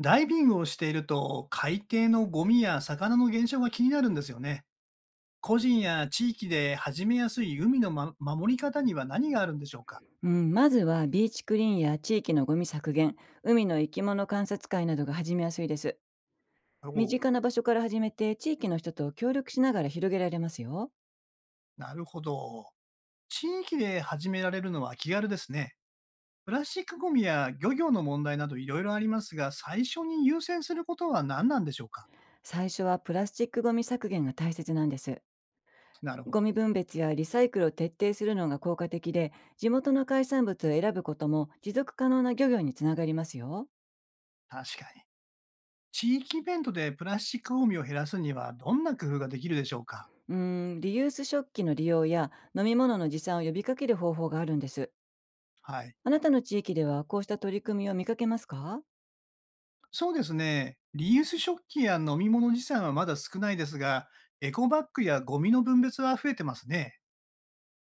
ダイビングをしていると、海底のゴミや魚の減少が気になるんですよね。個人や地域で始めやすい海の、守り方には何があるんでしょうか？うん、まずはビーチクリーンや地域のゴミ削減、海の生き物観察会などが始めやすいです。お身お、近な場所から始めて地域の人と協力しながら広げられますよ。なるほど。地域で始められるのは気軽ですね。プラスチックゴミや漁業の問題などいろいろありますが、最初に優先することは何なんでしょうか？最初はプラスチックゴミ削減が大切なんです。なるほゴど。ミ分別やリサイクルを徹底するのが効果的で、地元の海産物を選ぶことも持続可能な漁業につながりますよ。確かに。地域イベントでプラスチックゴミを減らすにはどんな工夫ができるでしょうか？うん、リユース食器の利用や飲み物の持参を呼びかける方法があるんです。はい。あなたの地域ではこうした取り組みを見かけますか？そうですね。リユース食器や飲み物持参はまだ少ないですが、エコバッグやゴミの分別は増えてますね。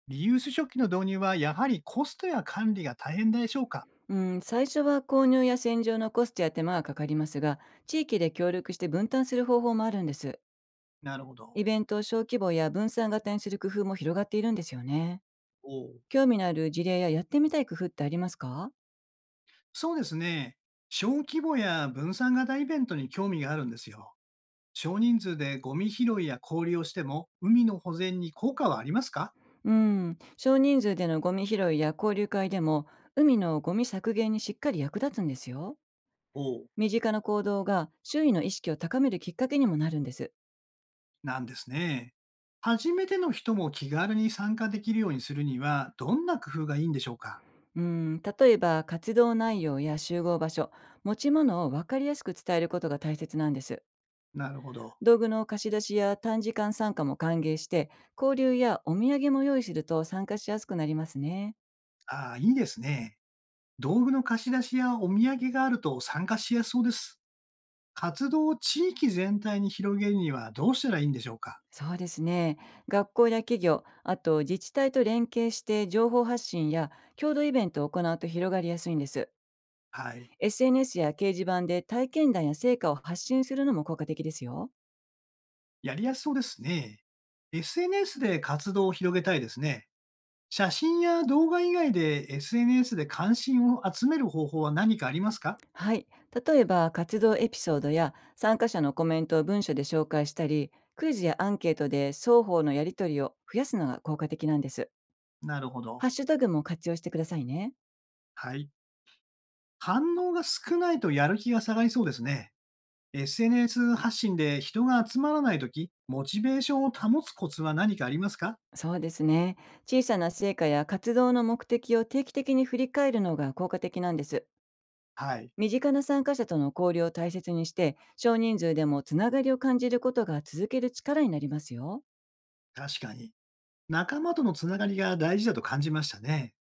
リユース食器の導入はやはりコストや管理が大変でしょうか？うん、最初は購入や洗浄のコストや手間がかかりますが、地域で協力して分担する方法もあるんです。なるほど。イベントを小規模や分散型にする工夫も広がっているんですよね。おう興味のある事例ややってみたい工夫ってありますか？そうですね。小規模や分散型イベントに興味があるんですよ。少人数でゴミ拾いや交流をしても、海の保全に効果はありますか？うん、少人数でのゴミ拾いや交流会でも、海のゴミ削減にしっかり役立つんですよ。おう身近な行動が周囲の意識を高めるきっかけにもなるんです。なんですね。初めての人も気軽に参加できるようにするには、どんな工夫がいいんでしょうか？うん、例えば活動内容や集合場所、持ち物を分かりやすく伝えることが大切なんです。なるほど。道具の貸し出しや短時間参加も歓迎して、交流やお土産も用意すると参加しやすくなりますね。ああ、いいですね。道具の貸し出しやお土産があると参加しやすそうです。活動を地域全体に広げるにはどうしたらいいんでしょうか？そうですね。学校や企業、あと自治体と連携して情報発信や共同イベントを行うと広がりやすいんです。はい。SNS や掲示板で体験談や成果を発信するのも効果的ですよ。やりやすそうですね。SNS で活動を広げたいですね。写真や動画以外で SNS で関心を集める方法は何かありますか？はい。例えば、活動エピソードや参加者のコメントを文書で紹介したり、クイズやアンケートで双方のやり取りを増やすのが効果的なんです。なるほど。ハッシュタグも活用してくださいね。はい。反応が少ないとやる気が下がりそうですね。SNS 発信で人が集まらないとき、モチベーションを保つコツは何かありますか？そうですね。小さな成果や活動の目的を定期的に振り返るのが効果的なんです。はい。身近な参加者との交流を大切にして、少人数でもつながりを感じることが続ける力になりますよ。確かに。仲間とのつながりが大事だと感じましたね。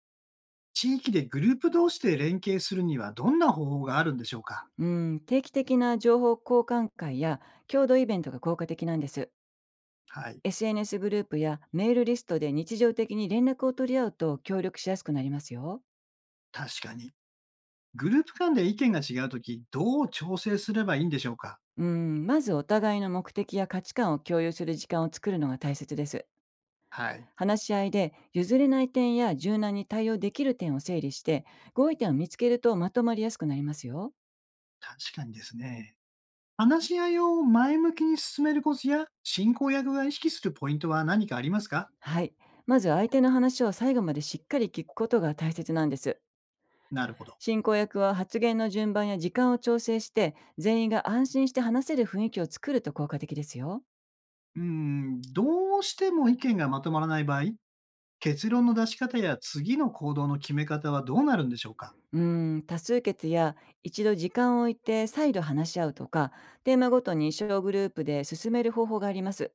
地域でグループ同士で連携するにはどんな方法があるんでしょうか？うん、定期的な情報交換会や共同イベントが効果的なんです。はい。SNS グループやメールリストで日常的に連絡を取り合うと協力しやすくなりますよ。確かに。グループ間で意見が違うとき、どう調整すればいいんでしょうか？うん、まずお互いの目的や価値観を共有する時間を作るのが大切です。はい。話し合いで譲れない点や柔軟に対応できる点を整理して合意点を見つけるとまとまりやすくなりますよ。確かにですね。話し合いを前向きに進めるコツや、進行役が意識するポイントは何かありますか？はい。まず相手の話を最後までしっかり聞くことが大切なんです。なるほど。進行役は発言の順番や時間を調整して全員が安心して話せる雰囲気を作ると効果的ですよ。うーん、どうしても意見がまとまらない場合、結論の出し方や次の行動の決め方はどうなるんでしょうか？多数決や一度時間を置いて再度話し合うとか、テーマごとに小グループで進める方法があります。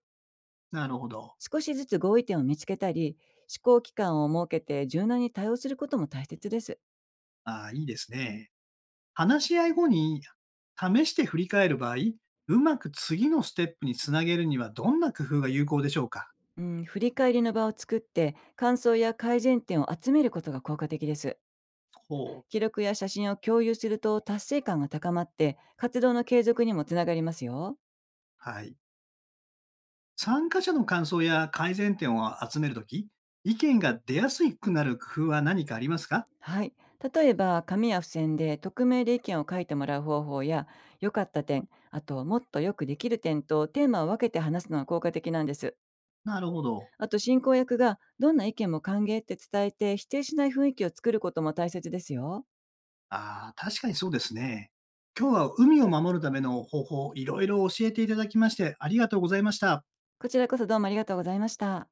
なるほど。少しずつ合意点を見つけたり、試行期間を設けて柔軟に対応することも大切です。ああ、いいですね。話し合い後に試して振り返る場合、うまく次のステップにつなげるにはどんな工夫が有効でしょうか？うん、振り返りの場を作って、感想や改善点を集めることが効果的です。ほう。記録や写真を共有すると達成感が高まって、活動の継続にもつながりますよ。はい。参加者の感想や改善点を集めるとき、意見が出やすくなる工夫は何かありますか？はい。例えば、紙や付箋で匿名で意見を書いてもらう方法や、良かった点、あと、もっとよくできる点とテーマを分けて話すのが効果的なんです。なるほど。あと進行役がどんな意見も歓迎って伝えて否定しない雰囲気を作ることも大切ですよ。ああ、確かにそうですね。今日は海を守るための方法、いろいろ教えていただきまして、ありがとうございました。こちらこそどうもありがとうございました。